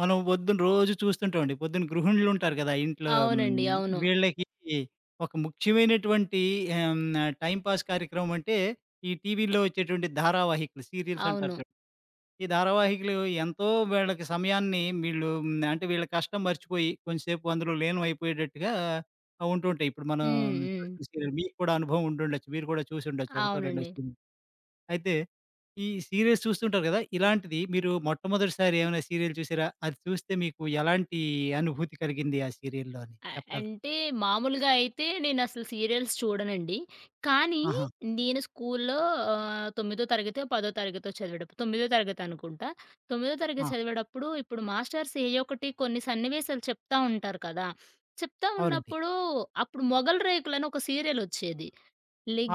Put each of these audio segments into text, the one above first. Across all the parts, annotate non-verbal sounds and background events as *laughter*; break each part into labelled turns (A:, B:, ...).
A: మనం పొద్దున రోజు చూస్తుంటామండి. పొద్దున గృహిణులుంటారు గదా! ఇంట్లో
B: అవునండి. అవును.
A: వీళ్ళకి ఒక ముఖ్యమైనటువంటి ఆహ్, హ్మ్. టైమ్ పాస్ కార్యక్రమం అంటే ఈ టీవీలో వచ్చేటువంటి ధారావాహికలు, సీరియల్స్ అంటారు
B: అవును.
A: చూడండి. ఈ ధారావాహికలు ఎంతో వీళ్ళకి సమయాన్ని వీళ్ళు అంటే వీళ్ళ కష్టం మర్చిపోయి కొంచెంసేపు అందులో లీనమైపోయేటట్టుగా ఉంటూ ఉంటాయి. ఇప్పుడు మనం
B: హ్మ్. హ్మ్.
A: చూస్తున్న సీరియల్ మీకు కూడా అనుభవం ఉండుండొచ్చు. మీరు కూడా చూసుండొచ్చు. ఒకటో రెండో
B: అవునండి.
A: సీరియల్. అయితే ఈ సీరియల్స్ చూస్తుంటారు కదా! ఇలాంటిది మీరు మొట్టమొదటిసారి ఏమైనా సీరియల్ చూసారా? అది చూస్తే మీకు ఎలాంటి అనుభూతి కలిగింది ఆ సీరియల్‌లో అని
B: అ
A: చెప్పగలరా?
B: అంటే మామూలుగా అయితే నేనసలు సీరియల్స్ చూడనండి. కానీ
A: ఆహా!
B: నేను స్కూల్లో 9 తరగతో, 10 తరగతో చదివేటప్పుడు 9 తరగతి అనుకుంటా. 9 తరగతి
A: ఆ!
B: చదివేటప్పుడు ఇప్పుడు మాస్టర్స్ ఏ ఒకటి కొన్ని సన్నివేశాలు చెప్తా ఉంటారు కదా! చెప్తా
A: అవునండి.
B: ఉన్నప్పుడు అప్పుడు 'మొగల్ రేకులని' ఒక సీరియలొచ్చేది.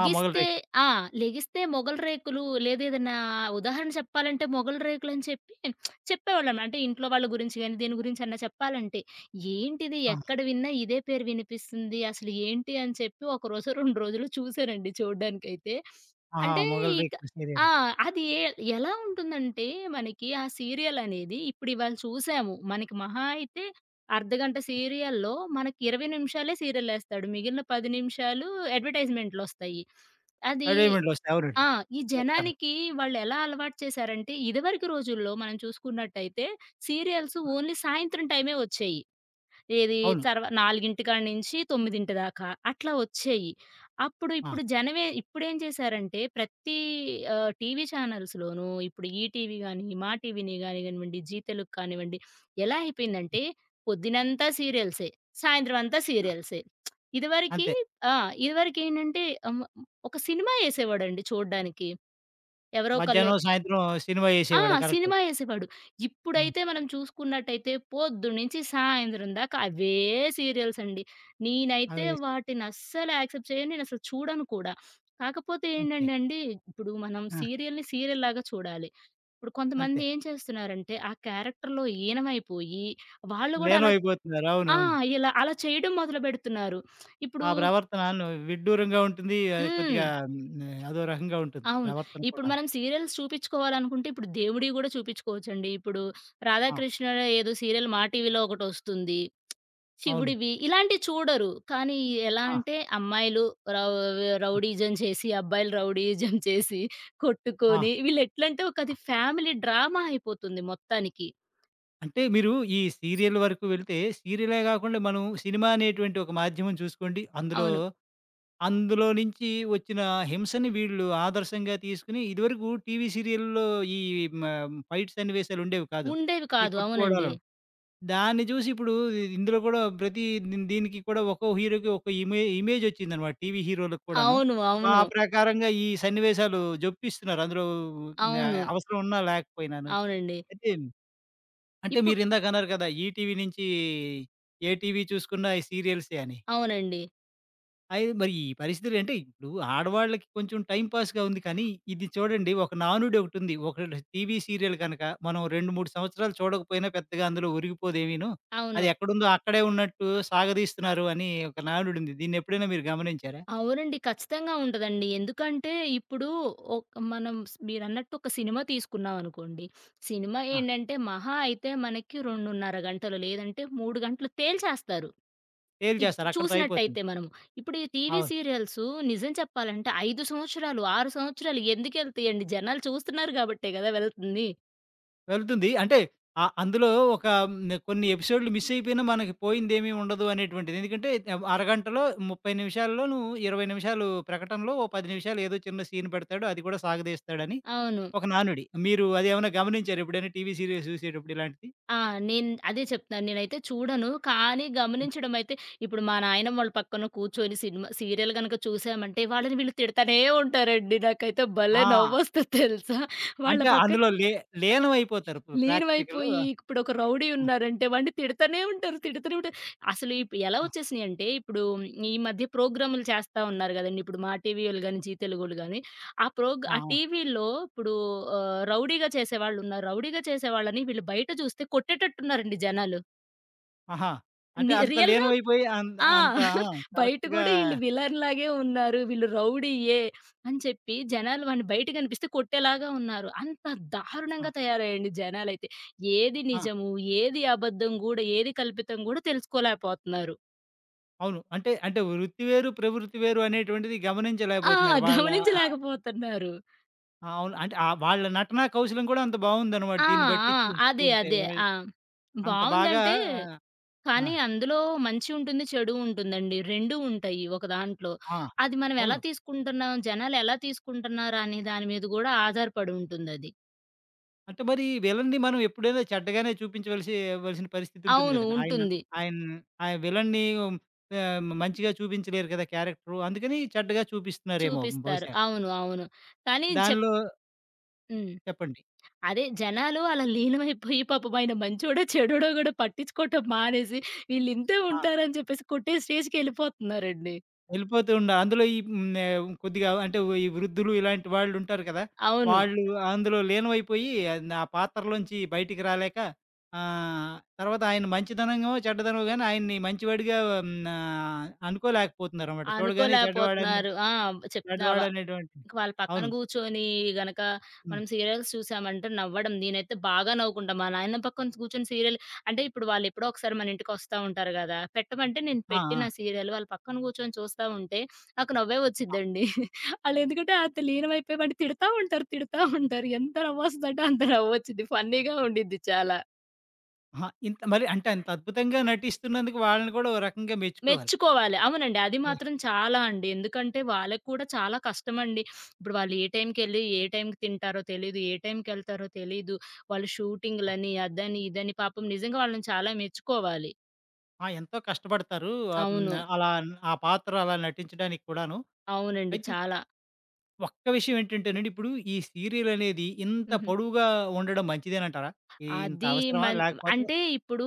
A: ఆ! 'మొగల్‌రేకు'.
B: ఆ! లెగిస్తే మొగలి రేకులు లేదా ఏదన్నా ఉదాహరణ చెప్పాలంటే మొగలి రేకులని చెప్పి చెప్పేవాళ్ళం. అంటే ఇంట్లో వాళ్ళ గురించి గాని, దీని గురించన్నా చెప్పాలంటే, ఏంటిది
A: ఆ!
B: ఎక్కడ విన్నా ఇదే పేరు వినిపిస్తుంది. అసలు ఏంటి అని చెప్పి ఒక రోజో, 2 రోజులు చూసానండి చూడ్డానికైతే.
A: ఆహా!
B: అంటే ఇక
A: 'మొగల్‌రేకు'
B: ఆ!
A: సీరియల్.
B: అది ఎలా ఉంటుందంటే మనకి ఆ సీరియల్ అనేది ఇప్పుడు ఇవాళ చూసాము. మనకి మహా అయితే అర్ధగంట సీరియల్‌లో మనకి 20 నిమిషాలే సీరియలేస్తాడు. మిగిలిన 10 నిమిషాలు అడ్వర్‌టైజ్‌మెంట్‌లొస్తాయి. అది
A: ఎంటర్‌టైన్‌మెంట్‌లో వస్తాయి.
B: ఆ!
A: అవునండి.
B: ఈ
A: ప్రకటనలు.
B: జనానికి వాళ్ళెలా అలవాటు చేశారంటే, ఇదివరకు రోజుల్లో మనం చూసుకున్నట్టయితే సీరియల్స్ ఓన్లీ సాయంత్రం టైమే వచ్చేయి. ఏది
A: అవును.
B: చర్వ 4:00 నుంచి 9:00 దాకా అట్లా వచ్చేయి. అప్పుడు
A: ఆ!
B: ఇప్పుడు జనమే ఇప్పుడేం చేశారంటే ప్రతి టీవీ ఛానల్స్‌లోనూ ఇప్పుడు ఈటీవీ గాని, మా టీవీని గాని కానివ్వండి, జీ తెలుగు కానివ్వండి, ఎలా అయిపోయిందంటే పొద్దునంతా సీరియల్సే. సాయంత్రం అంతా
A: ఆ!
B: సీరియల్సే. ఇదివరకి
A: అంతే.
B: ఆ! ఇదివరకేంటంటే ఆహ్, ఒక సినిమా యేసేవాడండి చూడ్డానికి. ఎవరో ఒకళ్ళు
A: మధ్యాహ్నం, సాయంత్రం సినిమా
B: ఆ!
A: యేసేవాడు. కరెక్టే.
B: సినిమా యేసేవాడు.
A: అవును.
B: ఇప్పుడైతే మనం చూసుకున్నట్టయితే పొద్దున్నుంచి సాయంత్రం దాకా అవే సీరియల్స్ అండి. నేనైతే
A: అవి యేసేవాడు.
B: వాటినస్సలు యాక్సెప్ట్ చేయను. నేనసలు చూడను కూడా. కాకపోతే
A: ఓకే.
B: ఏంటంటే అండి, ఇప్పుడు మనం
A: ఆ!
B: సీరియల్‌ని సీరియల్‌లాగా చూడాలి. ఇప్పుడు కొంతమంది
A: అంతే.
B: ఏం చేస్తున్నారంటే, ఆ క్యారెక్టర్‌లో లీనమైపోయి వాళ్ళు గూడా అలా
A: లీనమైపోతున్నారు.
B: ఆ!
A: అవునవును.
B: ఇలా అలా చేయడం మొదలుపెడుతున్నారు. ఇప్పుడు
A: ఆ ప్రవర్తన ను విడ్డూరంగా ఉంటుంది.
B: హ్మ్.
A: కొద్దిగా అదో రకంగా ఉంటుంది
B: అవును.
A: ప్రవర్తన
B: ఇప్పుడు
A: కూడా.
B: మనం సీరియల్స్ చూపించుకోవాలనుకుంటే ఇప్పుడు దేవుడివి గూడా చూపించుకోవచ్చండి. ఇప్పుడు
A: ఆ!
B: 'రాధాకృష్ణ' ఏదో సీరియల్ మా టీవీలో ఒకటొస్తుంది.
A: అవును.
B: 'శివుడివి' ఇలాంటివి చూడరు. కానీ ఎలా
A: ఆ!
B: అంటే అమ్మాయిలు రౌ
A: ఆ!
B: రౌడీయిజం చేసి, అబ్బాయిలు రౌడీయిజం *laughs* చేసి
A: ఆ!
B: కొట్టుకొని వీళ్ళెట్లంటే ఒక
A: ఆ!
B: అది ఫ్యామిలీ డ్రామా అయిపోతుంది మొత్తానికి.
A: అంటే మీరు ఈ సీరియల్ వరకు వెళ్తే, సీరియలే గాకుండా మనం సినిమా అనేటువంటి ఒక మాధ్యమం చూసుకోండి. అందులో,
B: అవును.
A: అందులో నుంచి వచ్చిన హింసని వీళ్ళు ఆదర్శంగా తీసుకొని, ఇదివరకు టీవీ సీరియల్‌లో ఈ మ ఫైట్ సన్నివేశాలుండేవి కాదు.
B: ఉండేవి
A: ఈ
B: కాదు. అవునండి.
A: కొట్టుకోవడాలు. దాన్ని చూసి ఇప్పుడు ఇందులో కూడా ప్రతి దీనికి కూడా ఒక్కో హీరోకి ఒక్కో ఇమేజొచ్చిందనమాట. టీవీ హీరోలకు కూడాను.
B: అవును.
A: ఆ
B: అవును.
A: ప్రకారంగా ఈ సన్నివేశాలు జొప్పిస్తున్నారు. అందులో న
B: అవును.
A: అవసరం ఉన్నా లేకపోయినాను.
B: అవునండి.
A: అయితే అంటే
B: ఇప్పుడు
A: మీరిందాకన్నారు కదా! ఈటీవీ నుంచి ఏ టీవీ చూసుకున్నా ఈ సీరియల్సే అని.
B: అవునండి.
A: అయి మరి ఈ పరిస్థితులు అంటే ఇప్పుడు ఆడవాళ్ళకి కొంచెం టైమ్ పాస్‌గా ఉంది కానీ, ఇది చూడండి ఒక నానుడొకటుంది. ఒక టీవీ సీరియల్ కనుక మనం 2, 3 సంవత్సరాలు చూడకపోయినా పెద్దగా అందులో ఒరిగిపోదేమీను.
B: అవును.
A: అది ఎక్కడుందో అక్కడే ఉన్నట్టు సాగదీస్తున్నారు అని ఒక నానుడుంది. దీన్నెప్పుడైనా మీరు గమనించారా?
B: అవునండి. ఖచ్చితంగా ఉంటదండి. ఎందుకంటే ఇప్పుడు ఒక్ మనం మీరన్నట్టు ఒక సినిమా తీసుకున్నాం అనుకోండి. సినిమా
A: ఆ!
B: ఏంటంటే మహా అయితే మనకి 2:30 గంటలు లేదంటే 3 గంటలు తేల్చేస్తారు.
A: తేల్చేస్తారు అక్కడితో అయిపోతుంది.
B: చూసినట్టయితే మనము. ఇప్పుడు ఈ టీవీ
A: అవును.
B: సీరియల్స్ నిజం చెప్పాలంటే 5 సంవత్సరాలు, 6 సంవత్సరాలు ఎందుకెళ్తాయండి? జనాలు చూస్తున్నారు కాబట్టే కదా వెళ్తుంది.
A: వెళ్తుంది. అంటే అందులో ఒక కొన్ని ఎపిసోడ్‌లు మిస్ అయిపోయినా మనకి పోయిందేమీ ఉండదు అనేటువంటిది. ఎందుకంటే అరగంటలో 30 నిమిషాల్లో నువ్వు 20 నిమిషాలు ప్రకటనలో ఓ 10 నిమిషాలు ఏదో చిన్న సీన్ పెడతాడు. అది కూడా సాగదీస్తాడని
B: అవును.
A: ఒక నానుడి. మీరు అదేమన్నా గమనించారా ఎప్పుడైనా టీవీ సీరియల్స్ చూసేటప్పుడు ఇలాంటిది?
B: ఆ! నేను అదే చెప్తున్నాను. నేనైతే చూడను. కానీ గమనించడం అయితే ఇప్పుడు మా నాయనమ్మ వాళ్ళ పక్కన కూర్చొని సినిమా సీరియల్ గనక చూసామంటే వాళ్ళని వీళ్ళు తిడతానే ఉంటారండి. నాకైతే భలే
A: ఆ!
B: నవ్వొస్తది తెలుసా! వాళ్ళ
A: అంటే
B: పక్కన
A: అందులో లీనమైపోతారు ప్రేక్షకులు.
B: లీనమైపోయి ఇప్పుడు ఒక రౌడీ
A: హ్మ్.
B: ఉన్నారంటే వాడిని తిడతానే ఉంటారు. తిడతనే ఉంటారు. అసలు ఇప్పుడు ఎలా
A: హ్మ్.
B: వచ్చేసినాయంటే ఇప్పుడు ఈ మధ్య ప్రోగ్రాములు చేస్తా ఉన్నారు గదండీ. ఇప్పుడు మా టీవీయోళ్ళు గాని, జీ తెలుగోళ్ళు గాని
A: ఆ!
B: ఆ
A: ఆ!
B: టీవీలో ఇప్పుడు రౌడీగా చేసేవాళ్ళున్నారు. రౌడీగా చేసేవాళ్ళని వీళ్ళు బయట చూస్తే కొట్టేటట్టున్నారండి జనాలు.
A: ఆహా! అంటే అంత
B: రియల్‌గా
A: లీనమైపోయి అంత
B: ఆ!
A: అంత
B: *laughs*
A: ఆ!
B: బయట
A: కరెక్ట్‌గా
B: గూడా ఈళ్ళు విలన్ లాగే ఉన్నారు. వీళ్ళు రౌడీయే అని చెప్పి జనాలు వాడిని బయట కనిపిస్తే కొట్టేలాగా ఉన్నారు. అంత
A: ఆ!
B: దారుణంగా తయారయ్యండి జనాలైతే. ఏది
A: ఆ!
B: నిజము, ఏది అబద్ధం గూడా, ఏది కల్పితం గూడా తెలుసుకోలేకపోతున్నారు.
A: అవును. అంటే వృత్తి వేరు, ప్రవృత్తి వేరు అనేటువంటిది
B: ఆ!
A: గమనించలేకపోతున్నారు. వాళ్ళ ఆ!
B: గమనించలేకపోతున్నారు.
A: ఆ, అవును. అంటే వాళ్ళ నటనా కౌశలం కూడా అంత బావుందనమాట
B: ఆ!
A: దీన్ని బట్టి
B: ఆ! అదే.
A: చూస్తుంటే.
B: అదే.
A: వాళ్ళు
B: ఆ!
A: అంత బాగా
B: బావుందంటే
A: ఆ!
B: కానీ అందులో మంచి ఉంటుంది, చెడు ఉంటుందండి. 2 ఉంటాయి ఒక దాంట్లో.
A: ఆ!
B: అది మనం ఎలా
A: అవును.
B: తీసుకుంటున్నాం, జనాలెలా తీసుకుంటున్నారు అనే దాని మీద గూడా ఆధారపడి ఉంటుందది.
A: అంటే మరి విలన్‌ని మనం ఎప్పుడైనా చెడ్డగానే చూపించవలసి వలసిన పరిస్థితి ఉంటుంది
B: అవును.
A: కదండీ. ఆయన
B: ఉంటుంది.
A: ఆయన ఆ విలన్‌ని మంచిగా చూపించలేరు కదా క్యారెక్టరు. అందుకని చెడ్డగా చూపిస్తున్నారేమో
B: చూపిస్తారు.
A: బహుశా.
B: అవును. అవును. కానీ
A: దానిలో
B: హ్మ్.
A: చెప్పండి.
B: అదే జనాలు అలా లీనమైపోయి పాపం ఆయన మంచోడో, చెడోడో గూడా పట్టించుకోవటం మానేసి వీళ్ళింతే
A: ఆ!
B: ఉంటారని చెప్పేసి కొట్టే స్టేజ్‌కెళ్ళిపోతున్నారండి.
A: వెళ్ళిపోతూ ఉండ అందులో ఈ కొద్దిగా అంటే ఈ వృద్ధులు ఇలాంటి వాళ్ళుంటారు కదా!
B: అవును.
A: వాళ్ళు అందులో లీనమైపోయి ఆ పాత్రలోంచి బయటికి రాలేక ఆహ్, తర్వాత ఆయన మంచితనమో, చెడ్డతనమో గాని ఆయన్ని మంచివాడిగా అనుకోలేకపోతున్నారన్నమాట. చూడగానే చెడ్డవాడని
B: అనుకోలేకపోతున్నారు. ఆ! చెప్తున్నావా
A: చెడ్డవాడనేటువంటి
B: ఇంక వాళ్ళ పక్కన
A: అవును.
B: గూర్చొని గనక
A: హ్మ్.
B: మనం సీరియల్స్ చూసామంటే నవ్వడం. నేనైతే బాగా నవ్వుకుంటా. మా నాయనమ్మ పక్కన కూర్చొని సీరియల్ అంటే ఇప్పుడు వాళ్ళెప్పుడో ఒకసారి మన ఇంటికొస్తా ఉంటారు గదా! పెట్టమంటే నేను
A: ఆ!
B: పెట్టిన
A: ఆ!
B: సీరియల్ వాళ్ళ పక్కన కూర్చొని చూస్తా ఉంటే నాకు నవ్వే
A: ఆ!
B: వచ్చిద్దండి. *laughs* ఆళ్ళెందుకంటే అంత లీనమైపోయి వాడిని తిడతా ఉంటారు, తిడతా ఉంటారు. ఎంత నవ్వొస్తదంటే అంత నవ్వొచ్చిద్ది. ఫన్నీగా ఉండిద్ది చాలా.
A: అహా! ఇంత మరి అంటే అంత అద్భుతంగా నటిస్తున్నందుకు వాళ్ళని కూడా ఓ రకంగా మెచ్చుకోవాలి.
B: మెచ్చుకోవాలి. అవునండి. అది
A: హ్మ్.
B: మాత్రం చాలా అండి. ఎందుకంటే వాళ్ళకి కూడా చాలా కష్టమండి. ఇప్పుడు వాళ్ళు ఏ టైంకెళ్ళి, ఏ టైంకి తింటారో తెలీదు. ఏ టైంకెళ్తారో తెలీదు. వాళ్ళు
A: ఆ!
B: షూటింగులని, అదని, ఇదని పాపం నిజంగా వాళ్ళని చాలా మెచ్చుకోవాలి.
A: ఆ, ఎంతో కష్టపడతారు. ఆహ్, హ్మ్,
B: అవును.
A: అలా ఆ పాత్ర అలా నటించడానికి కూడాను.
B: అవునండి.
A: అయితే
B: చాలా.
A: ఒక్క విషయం ఏంటంటేనండి, ఇప్పుడు ఈ సీరియలనేది ఇంత
B: హుహు.
A: పొడవుగా ఉండడం మంచిదేనంటారా? ఈ ఇంత
B: అది
A: అవసరమా?
B: మన్
A: లేకపోతే
B: అంటే ఇప్పుడు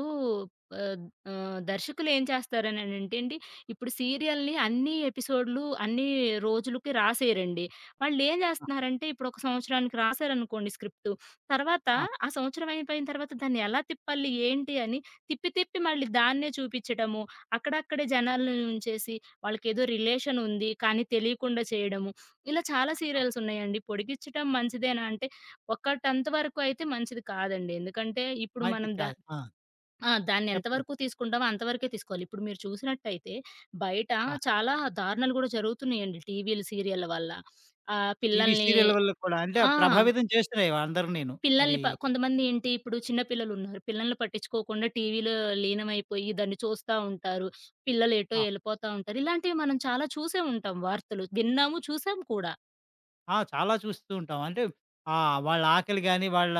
B: ఆహ్, దర్శకులు ఏం చేస్తారనంటే అండి, ఇప్పుడు సీరియల్‌ని అన్ని ఎపిసోడ్‌లు అన్ని రోజులకి రాసేయరండి. వాళ్ళేం
A: ఆ!
B: జేస్తన్నారంటే, ఇప్పుడు ఒక సంవత్సరానికి రాసారనుకోండి స్క్రిప్టు. తర్వాత
A: ఆ!
B: ఆ సంవత్సరం అయిపోయిన తర్వాత దాన్ని ఎలా తిప్పాలి, ఏంటి అని తిప్పి తిప్పి మళ్ళీ దాన్నే చూపిచ్చటము, అక్కడక్కడే జనాల్ని ఉంచేసి వాళ్ళకేదో రిలేషన్ ఉంది కానీ తెలియకుండా చేయడము. ఇలా చాలా
A: ఆ!
B: సీరియల్స్ ఉన్నాయండి. పొడిగిచ్చటం మంచిదేనా అంటే ఒక 10థ్ వరకు అయితే మంచిది కాదండి. ఎందుకంటే ఇప్పుడు
A: మంచిది
B: మనం
A: కాదు. ఆ!
B: ఆ! దాన్ని
A: చెప్పండి.
B: ఎంతవరకు తీసుకుంటామో అంతవరకే తీసుకోవాలి. ఇప్పుడు మీరు చూసినట్టయితే బయట
A: ఆ!
B: చాలా దారుణాలు గూడా జరుగుతున్నాయండి టీవీలు, సీరియళ్ళ వల్ల.
A: టీవీ
B: పిల్లల్ని
A: సీరియల్ వల్ల కూడా అంటే
B: ఆ!
A: ప్రభావితం చేస్తున్నాయి అందరినీను. అవి
B: పిల్లల్ని కొంతమంది ఏంటి ఇప్పుడు చిన్న పిల్లలున్నారు. పిల్లల్ని పట్టించుకోకుండా టీవీలో లీనమైపోయి దాన్ని చూస్తా ఉంటారు. పిల్లలు ఎటో
A: ఆ!
B: ఎళ్ళిపోతా ఉంటారు. ఇలాంటివి మనం చాలా చూసే ఉంటాం వార్తలు. విన్నాము, చూసాం కూడా.
A: ఆ! చాలా చూస్తూ ఉంటాం. అంటే ఆ! వాళ్ళ ఆకలి గాని, వాళ్ళ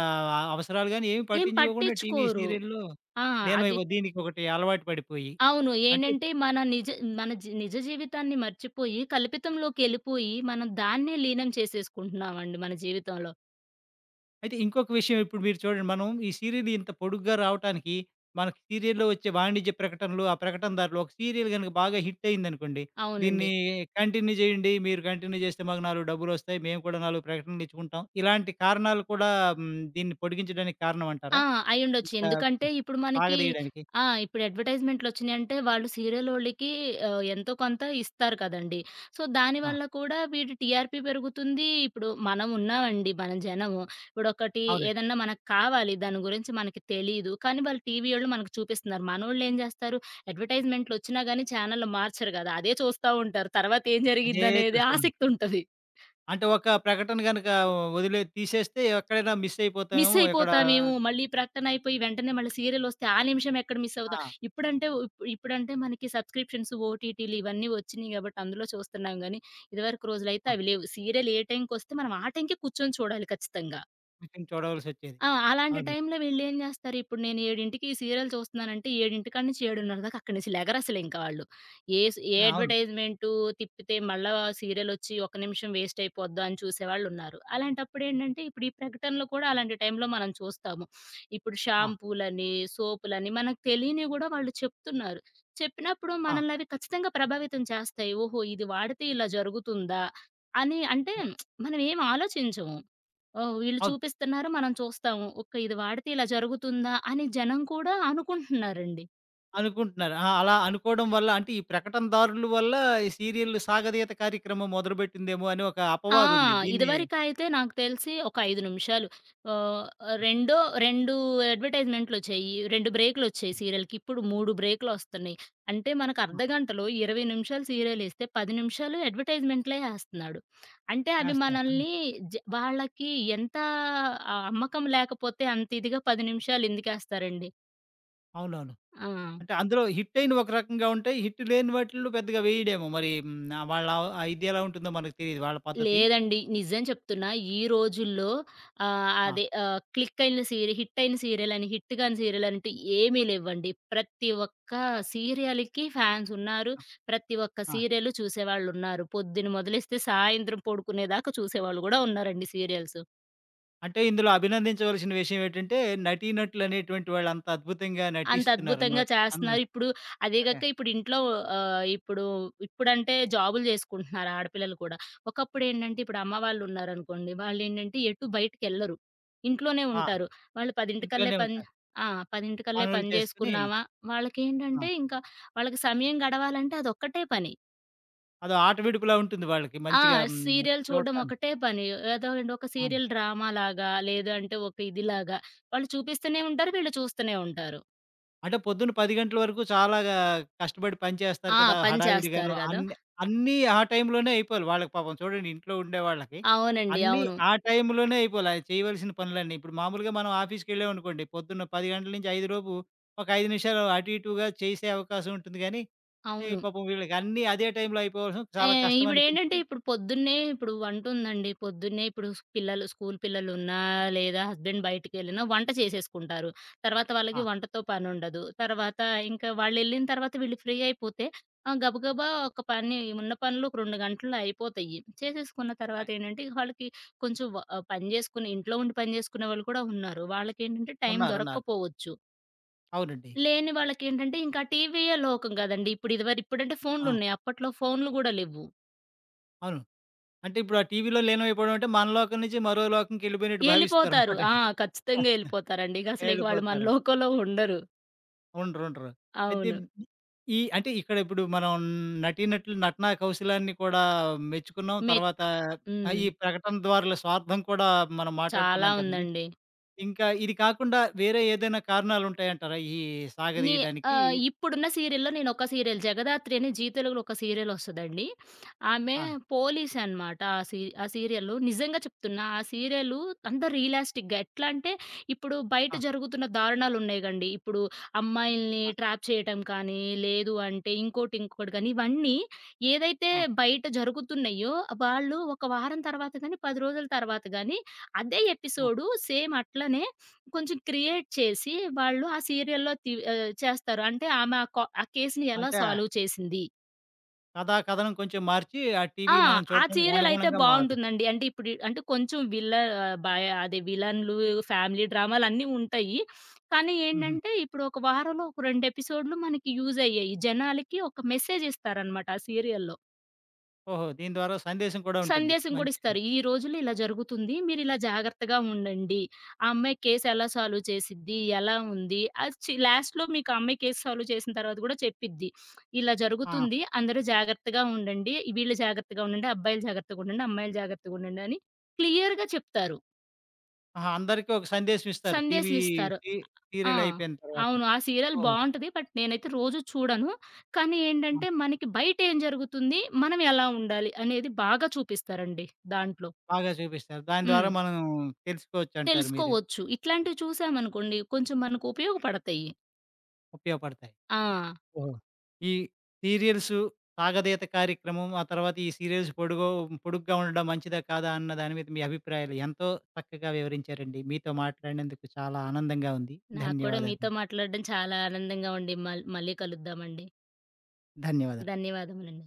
A: అవసరాలు గాని ఏమి
B: ఏం
A: పట్టించుకోకుండా టీవీ
B: పట్టించుకోరు.
A: సీరియల్‌లో
B: ఆ! అది
A: లీనమైపో దీనికొకటి అలవాటు పడిపోయి.
B: అవును.
A: అంటే
B: ఏంటంటే మన నిజ జీవితాన్ని మర్చిపోయి, కల్పితంలోకెళ్ళిపోయి, మనం దాన్నే లీనం చేసేసుకుంటున్నామండి మన జీవితంలో.
A: అయితే ఇంకొక విషయం ఇప్పుడు మీరు చూడండి. మనం ఈ సీరియల్ ఇంత పొడుగ్గా రావటానికి మనకి సీరియల్‌లో వచ్చే వాణిజ్య ప్రకటనలు, ఆ ప్రకటనదారులు ఒక సీరియల్ గనుక బాగా హిట్ అయిందనుకోండి. దీన్ని
B: అవునండి.
A: కంటిన్యూ చేయండి. మీరు కంటిన్యూ చేస్తే మాకు 4 డబ్బులొస్తాయి. మేము కూడా 4 ప్రకటనలు ఇచ్చుకుంటాం. ఇలాంటి కారణాలు కూడా దీన్ని పొడిగించడానికి కారణం
B: ఆ!
A: అంటారా?
B: అయ్యుండొచ్చు.
A: ఇంత
B: ఎందుకంటే ఇప్పుడు మనకి
A: సాగదీయడానికి.
B: ఆ! ఇప్పుడు అడ్వర్‌టైజ్‌మెంట్‌లొచ్చినియంటే వాళ్ళు సీరియలోళ్ళకి ఎంతో కొంత ఇస్తారు కదండీ! సో,
A: ఆ!
B: దానివల్ల కూడా వీటి టీఆర్‌పీ పెరుగుతుంది. ఇప్పుడు మనం ఉన్నామండి మనం జనము. ఇప్పుడొకటి
A: అవునండి.
B: ఏదన్నా మనకు కావాలి దాని గురించి మనకి తెలీదు. కానీ వాళ్ళు టీవీయోళ్ళు మనకు చూపిస్తున్నారు. మనోళ్ళేం జేస్తారు అడ్వర్‌టైజ్‌మెంట్‌లొచ్చినా గాని ఛానెల్‌లు మార్చరు గదా! అదే చూస్తా ఉంటారు. తర్వాతేం
A: అదే
B: జరిగిద్దనేది
A: చూస్తాం.
B: ఆసక్తుంటది.
A: అంటే ఒక ప్రకటన గనక వదిలే తీసేస్తే ఎక్కడైనా మిస్
B: మిస్
A: అయిపోతామేమో ఎక్కడ
B: అయిపోతామేమో. మళ్ళీ ప్రకటన అయిపోయి వెంటనే మళ్ళీ సీరియలొస్తే ఆ నిమిషం ఎక్కడ మిస్ అవుతాం.
A: ఆ!
B: ఇప్పుడంటే ఇప్పుడంటే మనకి సబ్‌స్క్రిప్షన్స్, ఓటీటీలు ఇవన్నీ వచ్చినియి గాబట్టి అందులో చూస్తున్నాం గానీ, ఇదివరకు రోజులైతే
A: అవును.
B: అవి లేవు. సీరియల్ ఏ టైంకొస్తే మనం ఆ టైంకే కూర్చొని చూడాలి ఖచ్చితంగా.
A: మిస్సింగ్ చూడవలసొచ్చేది.
B: ఆ! అలాంటి
A: అవును. అవును.
B: టైంలో వీళ్ళేం జేస్తారు, ఇప్పుడు నేను 7:00కి ఈ సీరియల్ చూస్తున్నానంటే 7:00 నుంచి 7:30 దాకా అక్కడి నుంచి లెగరసలింక వాళ్ళు. ఏ
A: ఆ! అవును,
B: అడ్వర్‌టైజ్‌మెంటు తిప్పితే మళ్ళా సీరియలొచ్చి ఒక్క నిమిషం వేస్ట్ అయిపోద్దా అని చూసేవాళ్ళున్నారు. అలాంటప్పుడేంటంటే, ఇప్పుడు ఈ ప్రకటనలు కూడా అలాంటి టైంలో మనం చూస్తాము. ఇప్పుడు షాంపూలని, సోపులని మనకు తెలియనివి గూడా వాళ్ళు చెప్తున్నారు. చెప్పినప్పుడు
A: ఆ!
B: మనల్ని అవి ఖచ్చితంగా ప్రభావితం చేస్తాయి. ఓహో! ఇది వాడితే ఇలా జరుగుతుందా అని అంటే
A: ఆ!
B: మనం ఏం ఆలోచించము. ఓహ్! వీళ్ళు
A: అవును.
B: చూపిస్తున్నారు. మనం చూస్తాము. ఓకే. ఇది వాడితే ఇలా జరుగుతుందా? అని జనం కూడా అనుకుంటున్నారండి.
A: అనుకుంటున్నారు. ఆ! అలా అనుకోవడం వల్ల అంటే ఈ ప్రకటనదారుల వల్ల ఈ సీరియల్ సాగదీత కార్యక్రమం మొదలుపెట్టిందేమో అని ఒక
B: ఆ!
A: అపవాదుంది. దీన్ని
B: ఇదివరకైతే నాకు తెలిసి ఒక 5 నిమిషాలు ఆహ్, రెండో 2 అడ్వర్టైజ్‌మెంట్‌లొచ్చేయి. 2 బ్రేకులొచ్చేయి సీరియల్‌కి. ఇప్పుడు 3 బ్రేకులొస్తున్నాయి. అంటే మనకు
A: ఆ!
B: అర్ధగంటలో 20 నిమిషాలు సీరియలేస్తే 10 నిమిషాలు అడ్వర్టైజ్‌మెంట్‌లే ఏస్తన్నాడు. అంటే అవి
A: ఏస్తారు. అవును.
B: మనల్ని వాళ్ళకి ఎంత ఆ అమ్మకం లేకపోతే అంత ఇదిగా 10 నిమిషాలు ఎందుకేస్తారండి?
A: అవునవును.
B: ఆ!
A: అంటే అందులో హిట్టయినవి ఒక రకంగా ఉంటాయి. హిట్ లేని వాటిల్లో పెద్దగా వేయడేమో మరి వాళ్ళ ఆ ఇది ఎలా ఉంటుందో మనకు తెలీదు వాళ్ళ పద్ధతి.
B: లేదండి. నిజం చెప్తున్నా. ఈ రోజుల్లో
A: ఆ!
B: అదే క్లిక్ అయిన సీరి హిట్ అయిన సీరియలని, హిట్ కాని సీరియల్ అంటూ ఏమీ లేవ్వండి. ప్రతి ఒక్క సీరియల్‌కి ఫ్యాన్స్ ఉన్నారు.
A: ఆ!
B: ప్రతి ఒక్క
A: ఆ!
B: సీరియల్ చూసేవాళ్ళున్నారు. పొద్దున మొదలెస్తే సాయంత్రం పడుకునేదాకా చూసేవాళ్ళు గూడా ఉన్నారండి సీరియల్స్.
A: అంటే ఇందులో అభినందించవలసిన విషయం ఏంటంటే నటీనటులనేటువంటి వాళ్ళంత అద్భుతంగా
B: అంత అద్భుతంగా
A: నటిస్తున్నారనమాట. అందులో
B: చేస్తున్నారు. ఇప్పుడు అదే
A: అంటే
B: గాక ఇప్పుడు ఇంట్లో ఇప్పుడు ఇప్పుడంటే జాబులు జేసుకుంటున్నారు ఆడపిల్లలు కూడా. ఒకప్పుడేంటంటే ఇప్పుడు అమ్మ వాళ్ళున్నారనుకోండి, వాళ్ళేంటంటే ఎటు బయటికెళ్ళరు. ఇంట్లోనే
A: ఆ!
B: ఉంటారు. వాళ్ళు 10:00కల్లే
A: ఇంట్లోనే
B: పని
A: ఉంటారు.
B: ఆ! 10:00కల్లే
A: పనులు
B: పని
A: చేసుకొని
B: జేసుకున్నామా,
A: ఆ!
B: వాళ్ళకేంటంటే ఇంకా వాళ్ళకి సమయం గడవాలంటే అదొక్కటే పని.
A: అదో ఆట విడుపులా ఉంటుంది వాళ్ళకి
B: ఆ!
A: మంచిగా
B: సీరియల్ చూడడం
A: చూడటానికి.
B: ఒకటే పని. ఏదో ఏంటి ఒక
A: అవును.
B: సీరియల్ డ్రామాలాగా, లేదు అంటే ఒక ఇదిలాగా వాళ్ళు చూపిస్తూనే ఉంటారు, వీళ్ళు చూస్తూనే ఉంటారు.
A: అంటే పొద్దున్న 10 గంటల వరకు చాలా గా కష్టపడి పని చేస్తారు
B: ఆ!
A: కదా!
B: పని చేస్తారు
A: హడావిడిగాను
B: గదా!
A: అన్ని అన్నీ ఆ టైంలోనే అయిపోవాలి వాళ్ళకి పాపం చూడండి ఇంట్లో ఉండేవాళ్ళకి.
B: అవునండి.
A: అన్నీ
B: అవును.
A: ఆ టైంలోనే అయిపోవాలి. ఆ చేయవలసిన పనులన్నీ. ఇప్పుడు మామూలుగా మనం ఆఫీస్‌కెళ్ళామనుకోండి పొద్దున్న 10 గంటల నుంచి 5 లోపు ఒక 5 నిమిషాలు అటు ఇటుగా చేసే అవకాశం ఉంటుంది గానీ, ఈ
B: అవును.
A: పాపం వీళ్ళకి అన్నీ అదే టైంలో అయిపోవడం
B: ఏ
A: చాలా కష్టం అనిపించి
B: ఇప్పుడేంటంటే ఇప్పుడు పొద్దున్నే ఇప్పుడు వంటుందండి. పొద్దున్నే ఇప్పుడు పిల్లలు స్కూల్ పిల్లలున్నా, లేదా హస్బెండ్ బయటికెళ్ళినా వంట చేసేసుకుంటారు. తర్వాత వాళ్ళకి
A: ఆ!
B: వంటతో పనుండదు. తర్వాత ఇంకా వాళ్ళెళ్ళిన తర్వాత వీళ్ళు ఫ్రీ అయిపోతే గబగబా ఒక పని ఉన్న పనులు ఒక 2 గంటల్లో అయిపోతాయి. చేసేసుకున్న తర్వాత
A: అయ్
B: ఏంటంటే ఇక వాళ్ళకి కొంచెం పని చేసుకుని ఇంట్లో ఉండి పని చేసుకునే వాళ్ళు కూడా ఉన్నారు. వాళ్ళకేంటంటే టైం
A: ఉన్నారు. ఉన్నారు.
B: దొరక్కపోవచ్చు.
A: అవునండి.
B: లేని వాళ్ళకేంటంటే ఇంకా టీవీయే లోకం గదండీ! ఇప్పుడు ఇప్పుడంటే
A: ఆ!
B: ఫోన్లున్నాయి. అప్పట్లో ఫోన్లు గూడా లెవ్వు.
A: అవును. అంటే ఇప్పుడు ఆ టీవీలో లీనమైపోవడం అంటే మన లోకం నుంచి మరో లోకంకి వెళ్ళిపోయినట్టు
B: యెళ్ళిపోతారు.
A: భావిస్తారనమాట.
B: ఆ! ఖచ్చితంగా యెళ్ళిపోతారండి. ఇగసలు ఇక వాళ్ళు మన
A: వెళ్ళిపోతున్నారు.
B: లోకంలో ఉండరు.
A: ఉండరు. ఉండరు. అయితే
B: అవును.
A: ఈ అంటే ఇక్కడ ఇప్పుడు మనం నటీనటుల నటనా కౌశలాన్ని కూడా మెచ్చుకున్నాం.
B: మె
A: తర్వాత
B: హ్మ్.
A: ఈ ప్రకటన ద్వారుల స్వార్థం కూడా మనం
B: చాలా
A: మాట్లాడుకున్నాం కదండీ!
B: ఉందండి.
A: ఇంకా ఇది కాకుండా వేరే ఏదైనా కారణాలుంటాయంటారా? ఈ
B: నీ
A: సాగదీయడానికి?
B: ఇప్పుడున్న సీరియల్‌లో నేనొక సీరియల్ 'జగదాత్రి' అని జీ తెలుగులో ఒక సీరియల్ ఒస్తదండి. ఆమె
A: ఆ!
B: పోలీస్ అనమాట. ఆ సీరియల్లు. నిజంగా చెప్తున్నా ఆ సీరియలు అంతా రియలిస్టిక్‌గా ఎట్లా అంటే ఇప్పుడు బయట
A: ఆ!
B: జరుగుతున్న దారుణాలున్నాయి గండి. ఇప్పుడు అమ్మాయిల్ని
A: ఆ!
B: ట్రాప్ చేయటం కానీ, లేదు అంటే ఇంకోటి, ఇంకోటి గాని ఇవన్నీ ఏదైతే
A: ఆ!
B: బయట జరుగుతున్నయ్యో వాళ్ళు ఒక వారం తర్వాత గాని, 10 రోజుల తర్వాత గాని అదే
A: ఆ!
B: ఎపిసోడు సేమ్ అట్లనే కొంచెం క్రియేట్ చేసి వాళ్ళు ఆ సీరియల్‌లో చేస్తారు. అంటే ఆమె ఆ కేస్‌ని ఎలా
A: అంటే
B: సాల్వ్ చేసింది.
A: కథా కథనం కొంచెం మార్చి ఆ
B: ఆ!
A: టీవీ మనం
B: ఆ
A: చూడడానికి
B: సీరియల్ అయితే
A: అనుగుణంగా మారు
B: బావుంటుందండి. అంటే ఇప్పుడు ఈ- అంటే కొంచెం విల్ల భయ అదే విలన్లు, ఫ్యామిలీ డ్రామాలన్నీ ఉంటాయి. కానీ
A: హుహు.
B: ఏంటంటే ఇప్పుడు ఒక వారంలో ఒక 2 ఎపిసోడ్‌లు మనకి యూజ్ అయ్యాయి. జనాలకి ఒక మెసేజ్ ఇస్తారనమాట ఆ సీరియల్‌లో.
A: ఓహో! దీని ద్వారా సందేశం కూడా ఉంటుంది.
B: సందేశం కూడా
A: మంచిది.
B: ఇస్తారు.
A: ఉంటుంది.
B: "ఈ రోజుల్లో ఇలా జరుగుతుంది. మీరిలా జాగ్రత్తగా ఉండండి. ఆ అమ్మాయి కేస్ ఎలా సాల్వ్ చేసిద్ది? ఎలా ఉంది?" అది చి లాస్ట్‌లో మీకు ఆ అమ్మాయి కేస్ సాల్వ్ చేసిన తర్వాత కూడా చెప్పిద్ది. "ఇలా
A: ఆహా!
B: జరుగుతుంది. అందరూ జాగ్రత్తగా ఉండండి. వీళ్ళు జాగ్రత్తగా ఉండండి. అబ్బాయిలు జాగ్రత్తగా ఉండండి. అమ్మాయిలు జాగ్రత్తగా ఉండండి" అని క్లియర్‌గా చెప్తారు.
A: ఆహా! అందరికీ ఒక సందేశం ఇస్తారు. టీవీ
B: సందేశం ఇస్తారు.
A: సీ
B: ఆ!
A: సీరియల్ అయిపోయిన తర్వాత.
B: అవును. ఆ సీరియల్
A: ఓహ్!
B: బావుంటది. బట్ నేనైతే రోజు చూడను. కానీ
A: ఆ!
B: ఏంటంటే, మనకి బయట ఏం జరుగుతుంది? మనం ఎలా ఉండాలి? అనేది బాగా చూపిస్తారండి దాంట్లో.
A: బాగా చూపిస్తారు. దాని
B: హ్మ్.
A: ద్వారా మనం తెలుసుకోవచ్చంటారు మీరు.
B: తెలుసుకోవచ్చు. ఇట్లాంటివి చూసామనుకోండి కొంచెం మనకు ఉపయోగపడతాయి.
A: ఉపయోగపడతాయి.
B: ఆ!
A: ఓహో! ఈ సీరియల్స్ సాగదీత కార్యక్రమం, ఆ తర్వాత ఈ సీరియల్స్ పొడుగ్గా ఉండడం మంచిదా? కాదా? అన్న దాని మీద మీ అభిప్రాయాలు ఎంతో చక్కగా వివరించారండి. మీతో మాట్లాడినందుకు చాలా ఆనందంగా ఉంది.
B: నాకు కూడా
A: ధన్యవాదాలు.
B: మీతో మాట్లాడడం చాలా ఆనందంగా ఉంది. మళ్ళీ కలుద్దామండి.
A: ధన్యవాదాలు.
B: ధన్యవాదములండి.